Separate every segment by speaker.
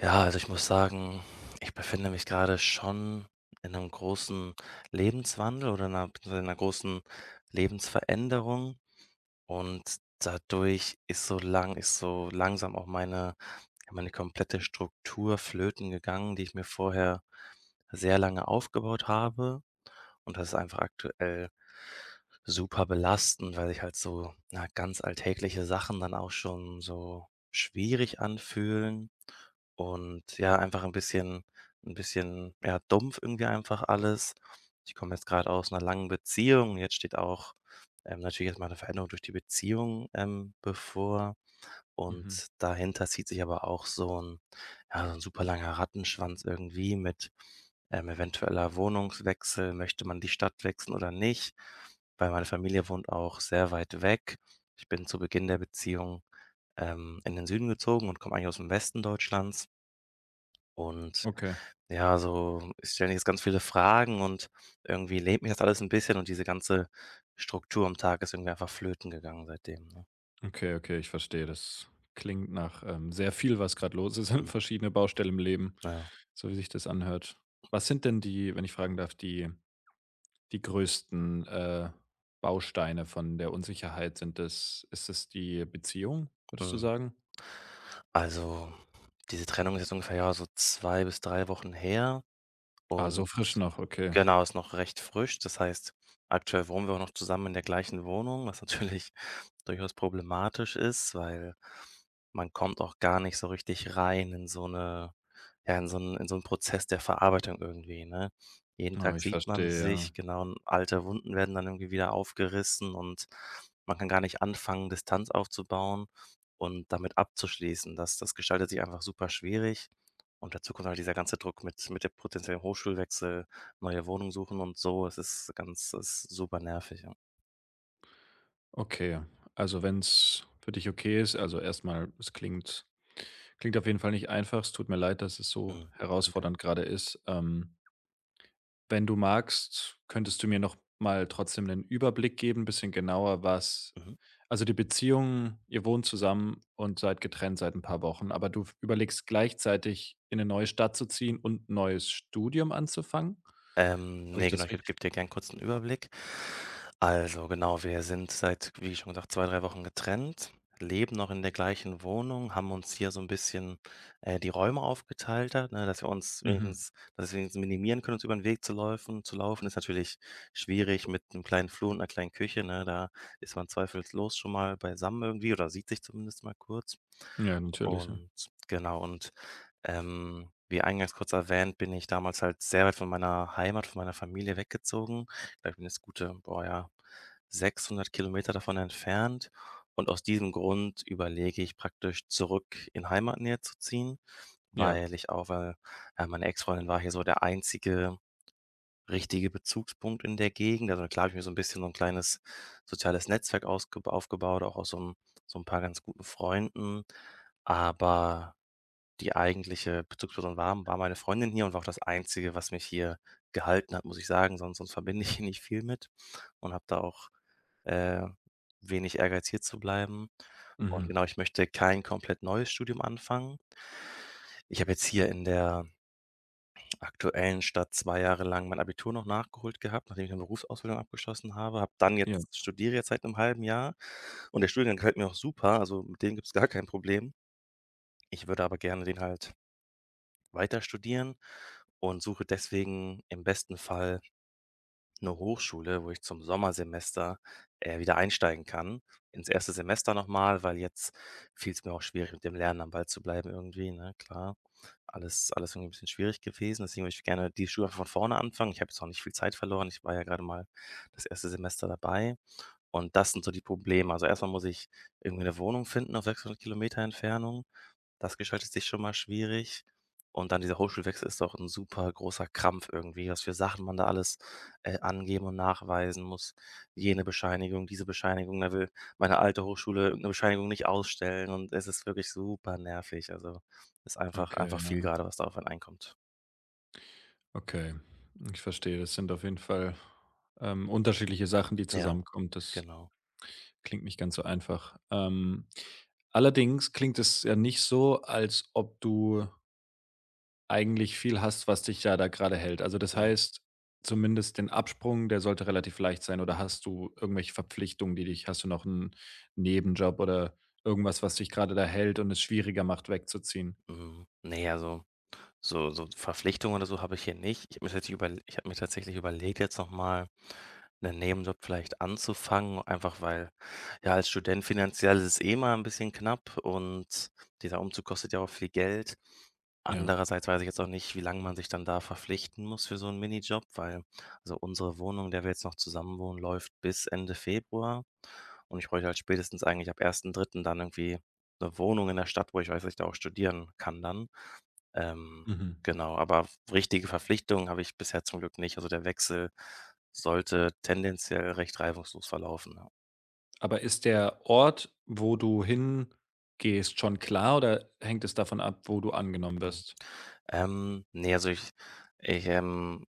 Speaker 1: Ja, also ich muss sagen, ich befinde mich gerade schon in einem großen Lebenswandel oder 'ner beziehungsweise in einer großen Lebensveränderung und dadurch ist so langsam auch meine ja, meine komplette Struktur flöten gegangen, die ich mir vorher sehr lange aufgebaut habe. Und das ist einfach aktuell super belastend, weil sich halt so, na, ganz alltägliche Sachen dann auch schon so schwierig anfühlen und ja, einfach ein bisschen, ja, dumpf irgendwie einfach alles. Ich komme jetzt gerade aus einer langen Beziehung. Jetzt steht auch, natürlich erst mal 'ne Veränderung durch die Beziehung, bevor.
Speaker 2: Mhm.
Speaker 1: Und dahinter zieht sich aber auch so ein ja, so 'n super langer Rattenschwanz irgendwie mit, eventueller Wohnungswechsel. Möchte man die Stadt wechseln oder nicht? Weil meine Familie wohnt auch sehr weit weg. Ich bin zu Beginn der Beziehung, in den Süden gezogen und komme eigentlich aus dem Westen Deutschlands. Und
Speaker 2: Okay,
Speaker 1: ja, so ich stelle mir jetzt ganz viele Fragen und irgendwie lebt mich das alles ein bisschen und diese ganze Struktur am Tag ist irgendwie einfach flöten gegangen seitdem, ne?
Speaker 2: okay, okay, ich verstehe. Das klingt nach, sehr viel, was gerade los ist,
Speaker 1: Mhm,
Speaker 2: verschiedene Baustellen im Leben,
Speaker 1: ja,
Speaker 2: so wie sich das anhört. Was sind denn die, wenn ich fragen darf, die größten, Bausteine von der Unsicherheit? Sind das ist das die Beziehung, würdest du
Speaker 1: mhm.
Speaker 2: sagen?
Speaker 1: Also, diese Trennung ist jetzt ungefähr, ja, so 2 bis 3 Wochen her
Speaker 2: Ah, so
Speaker 1: und
Speaker 2: frisch noch, okay.
Speaker 1: genau, ist noch recht frisch. Das heißt, aktuell wohnen wir auch noch zusammen in der gleichen Wohnung, was natürlich durchaus problematisch ist, weil man kommt auch gar nicht so richtig rein in so eine, ja, in so einen Prozess der Verarbeitung irgendwie, ne? Jeden
Speaker 2: Ah,
Speaker 1: Tag
Speaker 2: ich
Speaker 1: sieht man
Speaker 2: verstehe, ja.
Speaker 1: sich, genau, und alte Wunden werden dann irgendwie wieder aufgerissen und man kann gar nicht anfangen, Distanz aufzubauen und damit abzuschließen. Das gestaltet sich einfach super schwierig und dazu kommt halt dieser ganze Druck mit dem potenziellen Hochschulwechsel, neue Wohnung suchen und so. Es ist super nervig, ja.
Speaker 2: Okay, also wenn es für dich okay ist, also erstmal, es klingt auf jeden Fall nicht einfach. Es tut mir leid, dass es so
Speaker 1: Mhm. Danke.
Speaker 2: herausfordernd gerade ist. Wenn du magst, könntest du mir noch mal trotzdem 'nen Überblick geben, ein bisschen genauer, was,
Speaker 1: Mhm.
Speaker 2: also, die Beziehung, ihr wohnt zusammen und seid getrennt seit ein paar Wochen, aber du überlegst gleichzeitig, in eine neue Stadt zu ziehen und 'n neues Studium anzufangen? Habe ich
Speaker 1: Ne, genau,
Speaker 2: das
Speaker 1: ich
Speaker 2: richtig?
Speaker 1: gebe dir gern kurz 'n Überblick. Also genau, wir sind seit, wie schon gesagt, 2, 3 Wochen getrennt, leben noch in der gleichen Wohnung, haben uns hier so ein bisschen, die Räume aufgeteilt halt, ne,
Speaker 2: Mhm.
Speaker 1: dass wir wenigstens minimieren können, uns über den Weg zu läufen zu laufen. Ist natürlich schwierig mit einem kleinen Flur und einer kleinen Küche, ne? Da ist man zweifellos schon mal beisammen irgendwie oder sieht sich zumindest mal kurz.
Speaker 2: Ja, natürlich, ja.
Speaker 1: Und genau und wie eingangs kurz erwähnt, bin ich damals halt sehr weit von meiner Heimat, von meiner Familie weggezogen. Ich glaube, ich bin jetzt gute, boah, ja, 600 Kilometer davon entfernt. Und aus diesem Grund überlege ich praktisch zurück in Heimatnähe zu ziehen,
Speaker 2: Ja,
Speaker 1: weil ich auch, weil meine Ex-Freundin war hier so der einzige richtige Bezugspunkt in der Gegend. Also klar habe ich mir so ein bisschen so ein kleines soziales Netzwerk ausgeb aufgebaut, auch aus so, 'm so 'n paar ganz guten Freunden. Aber die eigentliche Bezugsperson war meine Freundin hier und war auch das Einzige, was mich hier gehalten hat, muss ich sagen, sonst verbinde ich hier nicht viel mit und habe da auch, äh, wenig Ehrgeiz, hier zu bleiben. Und
Speaker 2: mhm.
Speaker 1: genau, ich möchte kein komplett neues Studium anfangen. Ich habe jetzt hier in der aktuellen Stadt 2 Jahre lang mein Abitur noch nachgeholt gehabt, nachdem ich eine Berufsausbildung abgeschlossen habe, habe dann
Speaker 2: Ja,
Speaker 1: jetzt studiere jetzt seit einem halben Jahr und der Studiengang gefällt mir auch super, also mit dem gibt es gar kein Problem. Ich würde aber gerne den halt weiter studieren und suche deswegen im besten Fall eine Hochschule, wo ich zum Sommersemester, wieder einsteigen kann. Ins erste Semester nochmal, weil jetzt fiel es mir auch schwierig, mit dem Lernen am Ball zu bleiben irgendwie, ne, klar. Alles irgendwie ein bisschen schwierig gewesen, deswegen würde ich gerne die Schule einfach von vorne anfangen. Ich habe jetzt auch nicht viel Zeit verloren. Ich war ja gerade mal das erste Semester dabei und das sind so die Probleme. Also, erstmal muss ich irgendwie eine Wohnung finden auf 600 Kilometer Entfernung. Das gestaltet sich schon mal schwierig. Und dann dieser Hochschulwechsel ist doch ein super großer Krampf irgendwie, was für Sachen man da alles, angeben und nachweisen muss. Jene Bescheinigung, diese Bescheinigung, da will meine alte Hochschule 'ne Bescheinigung nicht ausstellen und es ist wirklich super nervig. Also, ist einfach
Speaker 2: okay,
Speaker 1: viel
Speaker 2: ja,
Speaker 1: gerade was da auf einen einkommt.
Speaker 2: okay. Ich verstehe, das sind auf jeden Fall unterschiedliche Sachen, die
Speaker 1: Ja,
Speaker 2: zusammenkommen. Das
Speaker 1: genau.
Speaker 2: klingt nicht ganz so einfach. Allerdings klingt es ja nicht so, als ob du eigentlich viel hast, was dich ja da gerade hält. Also, das
Speaker 1: Mhm,
Speaker 2: heißt, zumindest den Absprung, der sollte relativ leicht sein. Oder hast du irgendwelche Verpflichtungen, die dich, hast du noch einen Nebenjob oder irgendwas, was dich gerade da hält und es schwieriger macht, wegzuziehen?
Speaker 1: mhm. Ne, also so so Verpflichtungen oder so habe ich hier nicht. Ich habe mir tatsächlich überlegt, jetzt noch mal 'nen Nebenjob vielleicht anzufangen, einfach weil ja, als Student finanziell ist es eh mal ein bisschen knapp und dieser Umzug kostet ja auch viel Geld.
Speaker 2: Ja,
Speaker 1: Andererseits weiß ich jetzt auch nicht, wie lange man sich dann da verpflichten muss für so einen Minijob, weil also unsere Wohnung, in der wir jetzt noch zusammen wohnen, läuft bis Ende Februar und ich bräuchte halt spätestens eigentlich ab ersten dritten dann irgendwie eine Wohnung in der Stadt, wo ich weiß, dass ich da auch studieren kann dann. Ähm,
Speaker 2: mhm.
Speaker 1: genau, aber richtige Verpflichtungen habe ich bisher zum Glück nicht. Also, der Wechsel sollte tendenziell recht reibungslos verlaufen,
Speaker 2: Aber ist der Ort, wo du hingehst, schon klar oder hängt es davon ab, wo du angenommen
Speaker 1: ja.
Speaker 2: wirst?
Speaker 1: Ne, ich,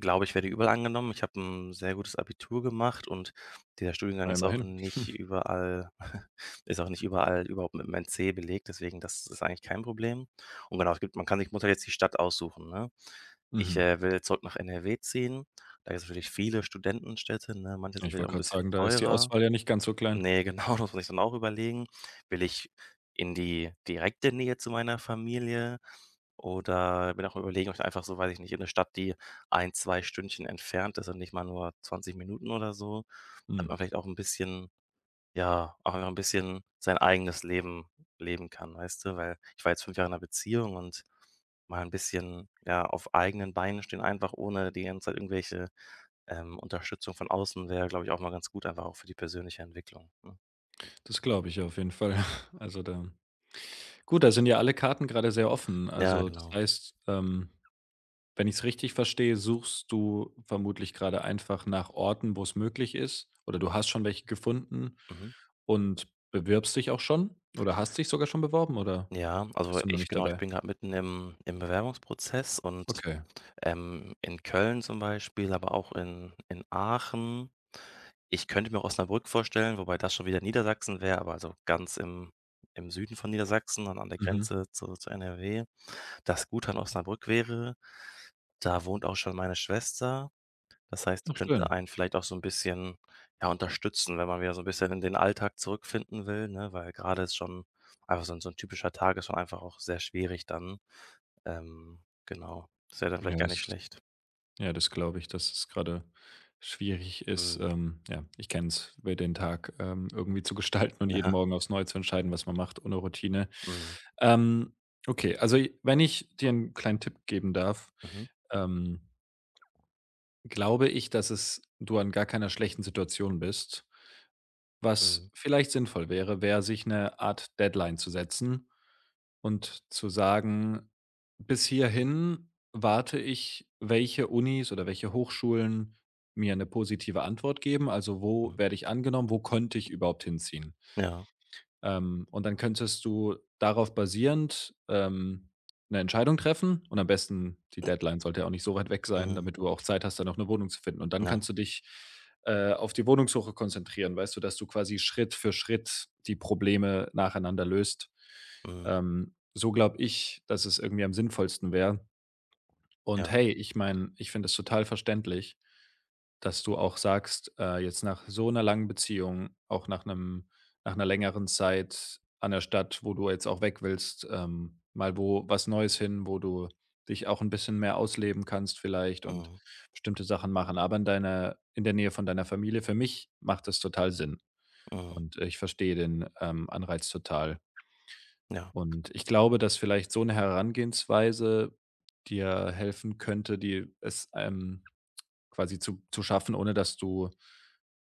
Speaker 1: glaube, ich werde überall angenommen. Ich habe ein sehr gutes Abitur gemacht und dieser Studiengang
Speaker 2: Ah,
Speaker 1: ist auch
Speaker 2: immerhin.
Speaker 1: nicht überall ist auch nicht überall überhaupt mit 'm C belegt, deswegen das ist eigentlich kein Problem. Und genau, es gibt man kann sich muss halt jetzt die Stadt aussuchen, ne? Ich,
Speaker 2: Mhm.
Speaker 1: will zurück nach NRW ziehen. Da gibt es natürlich viele Studentenstädte, ne? Manche sind
Speaker 2: Ich
Speaker 1: vielleicht auch
Speaker 2: wollte
Speaker 1: ein
Speaker 2: gerade
Speaker 1: bisschen
Speaker 2: sagen, da ist die
Speaker 1: teurer.
Speaker 2: Auswahl ja nicht ganz so klein.
Speaker 1: Ne, genau, das muss ich dann auch überlegen. Will ich in die direkte Nähe zu meiner Familie oder bin auch am Überlegen, ob ich einfach so, weiß ich nicht, in 'ne Stadt, die ein 2 Stündchen entfernt ist und nicht mal nur 20 Minuten oder so, damit
Speaker 2: Mhm.
Speaker 1: man vielleicht auch 'n bisschen ja, auch einfach 'n bisschen sein eigenes Leben leben kann, weißt du? Weil ich war jetzt 5 Jahre in 'ner Beziehung und mal 'n bisschen, ja, auf eigenen Beinen stehen, einfach ohne die ganze Zeit irgendwelche, Unterstützung von außen wäre, glaube ich, auch mal ganz gut, einfach auch für die persönliche Entwicklung, ne?
Speaker 2: Das glaube ich auf jeden Fall.
Speaker 1: Genau.
Speaker 2: Also, da, gut, da sind ja alle Karten gerade sehr offen.
Speaker 1: Ja,
Speaker 2: Also, das
Speaker 1: genau.
Speaker 2: heißt, wenn ich es richtig verstehe, suchst du vermutlich gerade einfach nach Orten, wo es möglich ist, oder du hast schon welche gefunden
Speaker 1: Mhm.
Speaker 2: und bewirbst dich auch schon oder hast dich sogar schon beworben oder
Speaker 1: Ja, also
Speaker 2: bist du noch
Speaker 1: ich
Speaker 2: nicht
Speaker 1: genau, ich
Speaker 2: dabei?
Speaker 1: bin gerade mitten im Bewerbungsprozess und,
Speaker 2: Okay.
Speaker 1: in Köln zum Beispiel, aber auch in Aachen. Ich könnte mir Osnabrück vorstellen, wobei das schon wieder Niedersachsen wäre, aber also ganz im Süden von Niedersachsen, dann an der
Speaker 2: Mhm.
Speaker 1: Grenze zu NRW. Das Gute an Osnabrück wäre, da wohnt auch schon meine Schwester. Das heißt, die
Speaker 2: Ach
Speaker 1: könnte
Speaker 2: schön.
Speaker 1: einen vielleicht auch so ein bisschen, ja, unterstützen, wenn man wieder so ein bisschen in den Alltag zurückfinden will, ne? Weil gerade ist schon einfach so 'n typischer Tag ist schon einfach auch sehr schwierig dann. Ähm, genau. Das wäre dann vielleicht
Speaker 2: Ja,
Speaker 1: gar nicht
Speaker 2: das,
Speaker 1: schlecht.
Speaker 2: ja, das glaube ich, dass es gerade schwierig ist.
Speaker 1: Mhm.
Speaker 2: Ja, ich kenne es, mir den Tag irgendwie zu gestalten und jeden
Speaker 1: Ja.
Speaker 2: Morgen aufs Neue zu entscheiden, was man macht, ohne Routine.
Speaker 1: Mhm.
Speaker 2: Ähm, okay, also wenn ich dir einen kleinen Tipp geben darf,
Speaker 1: Mhm.
Speaker 2: ähm, glaube ich, dass es du an gar keiner schlechten Situation bist. Was
Speaker 1: Mhm.
Speaker 2: vielleicht sinnvoll wäre, wäre, sich eine Art Deadline zu setzen und zu sagen: „Bis hierhin warte ich, welche Unis oder welche Hochschulen mir eine positive Antwort geben. Also,
Speaker 1: Mhm.
Speaker 2: wo werde ich angenommen, wo könnte ich überhaupt hinziehen?“
Speaker 1: Ja.
Speaker 2: Und dann könntest du darauf basierend, 'ne Entscheidung treffen, und am besten, die Deadline sollte ja auch nicht so weit weg sein,
Speaker 1: Mhm.
Speaker 2: damit du auch Zeit hast, dann auch eine Wohnung zu finden. Und dann
Speaker 1: Ja.
Speaker 2: kannst du dich, auf die Wohnungssuche konzentrieren, weißt du, dass du quasi Schritt für Schritt die Probleme nacheinander löst.
Speaker 1: Mhm.
Speaker 2: So glaube ich, dass es irgendwie am sinnvollsten wäre. Und
Speaker 1: Ja.
Speaker 2: hey, ich meine, ich finde es total verständlich, dass du auch sagst, jetzt nach so einer langen Beziehung, auch nach einer längeren Zeit an der Stadt, wo du jetzt auch weg willst, mal wo was Neues hin, wo du dich auch ein bisschen mehr ausleben kannst vielleicht und
Speaker 1: Mhm.
Speaker 2: bestimmte Sachen machen, aber in der Nähe von deiner Familie. Für mich macht das total Sinn,
Speaker 1: Mhm.
Speaker 2: und ich verstehe den, Anreiz total.
Speaker 1: Ja.
Speaker 2: Und ich glaube, dass vielleicht so eine Herangehensweise dir helfen könnte, die es, quasi zu schaffen, ohne dass du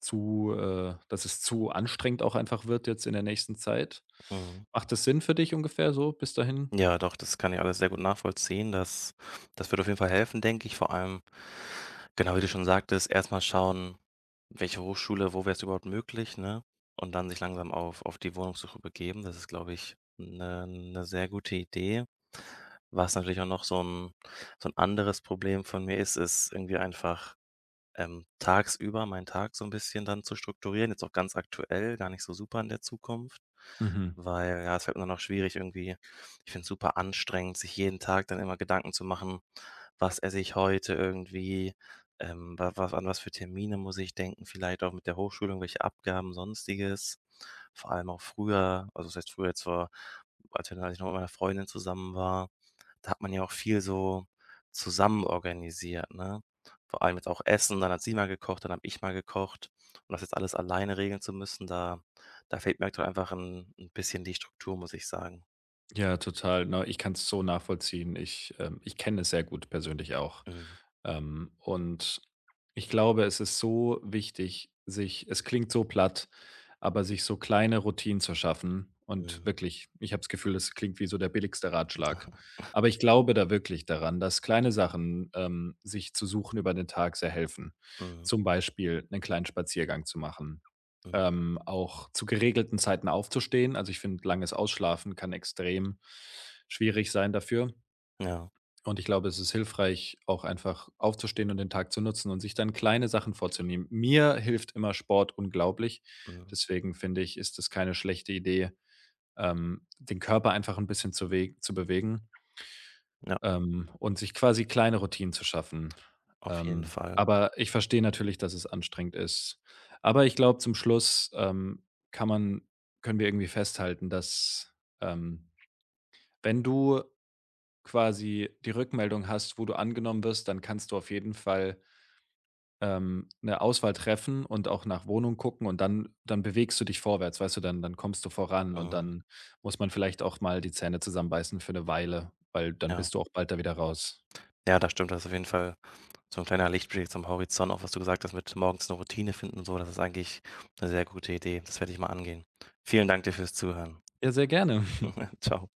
Speaker 2: zu dass es zu anstrengend auch einfach wird jetzt in der nächsten Zeit.
Speaker 1: Mhm.
Speaker 2: Macht das Sinn für dich ungefähr so bis dahin?
Speaker 1: Ja, doch, das kann ich alles sehr gut nachvollziehen. Das würde auf jeden Fall helfen, denke ich, vor allem genau, wie du schon sagtest, erstmal schauen, welche Hochschule, wo wäre es überhaupt möglich, ne? Und dann sich langsam auf die Wohnungssuche begeben. Das ist, glaube ich, eine 'ne sehr gute Idee. Was natürlich auch noch so ein anderes Problem von mir ist, ist irgendwie einfach tagsüber meinen Tag so ein bisschen dann zu strukturieren, jetzt auch ganz aktuell, gar nicht so super in der Zukunft,
Speaker 2: Mhm.
Speaker 1: weil, ja, es halt immer noch schwierig irgendwie. Ich finde es super anstrengend, sich jeden Tag dann immer Gedanken zu machen: „Was esse ich heute irgendwie? Wa wa an was für Termine muss ich denken?“ Vielleicht auch mit der Hochschule irgendwelche Abgaben, Sonstiges. Vor allem auch früher also, das heißt früher, jetzt vor als wir dann- als ich noch mit meiner Freundin zusammen war, da hat man ja auch viel so zusammen organisiert, ne? Vor allem jetzt auch Essen, dann hat sie mal gekocht, dann habe ich mal gekocht. Und das jetzt alles alleine regeln zu müssen, da fehlt mir aktuell einfach ein 'n bisschen die Struktur, muss ich sagen.
Speaker 2: Ja, total. Ne, ich kann es so nachvollziehen. Ich kenne es sehr gut persönlich auch.
Speaker 1: Mhm,
Speaker 2: Und ich glaube, es ist so wichtig, sich, es klingt so platt, aber sich so kleine Routinen zu schaffen, und
Speaker 1: mhm,
Speaker 2: wirklich, ich habe das Gefühl, es klingt wie so der billigste Ratschlag. Aber ich glaube da wirklich daran, dass kleine Sachen, sich zu suchen über den Tag sehr helfen.
Speaker 1: mhm,
Speaker 2: Zum Beispiel einen kleinen Spaziergang zu machen,
Speaker 1: mhm,
Speaker 2: auch zu geregelten Zeiten aufzustehen. Also, ich finde, langes Ausschlafen kann extrem schwierig sein dafür.
Speaker 1: ja,
Speaker 2: Und ich glaube, es ist hilfreich, auch einfach aufzustehen und den Tag zu nutzen und sich dann kleine Sachen vorzunehmen. Mir hilft immer Sport unglaublich.
Speaker 1: mhm,
Speaker 2: Deswegen finde ich, ist es keine schlechte Idee, den Körper einfach ein bisschen zu bewegen.
Speaker 1: ja,
Speaker 2: Und sich quasi kleine Routinen zu schaffen.
Speaker 1: auf jeden Fall.
Speaker 2: Aber ich verstehe natürlich, dass es anstrengend ist. Aber ich glaube, zum Schluss, kann man können wir irgendwie festhalten, dass, ähm, wenn du quasi die Rückmeldung hast, wo du angenommen wirst, dann kannst du auf jeden Fall, 'ne Auswahl treffen und auch nach Wohnung gucken, und dann bewegst du dich vorwärts, weißt du? Dann kommst du voran, und
Speaker 1: Mhm,
Speaker 2: dann muss man vielleicht auch mal die Zähne zusammenbeißen für eine Weile, weil dann
Speaker 1: ja.
Speaker 2: bist du auch bald da wieder raus.
Speaker 1: Ja, das stimmt, das ist auf jeden Fall so ein kleiner Lichtblick zum Horizont, auch was du gesagt hast mit morgens eine Routine finden und so, das ist eigentlich eine sehr gute Idee. Das werde ich mal angehen. Vielen Dank dir fürs Zuhören.
Speaker 2: Ja, sehr gerne.
Speaker 1: Ciao.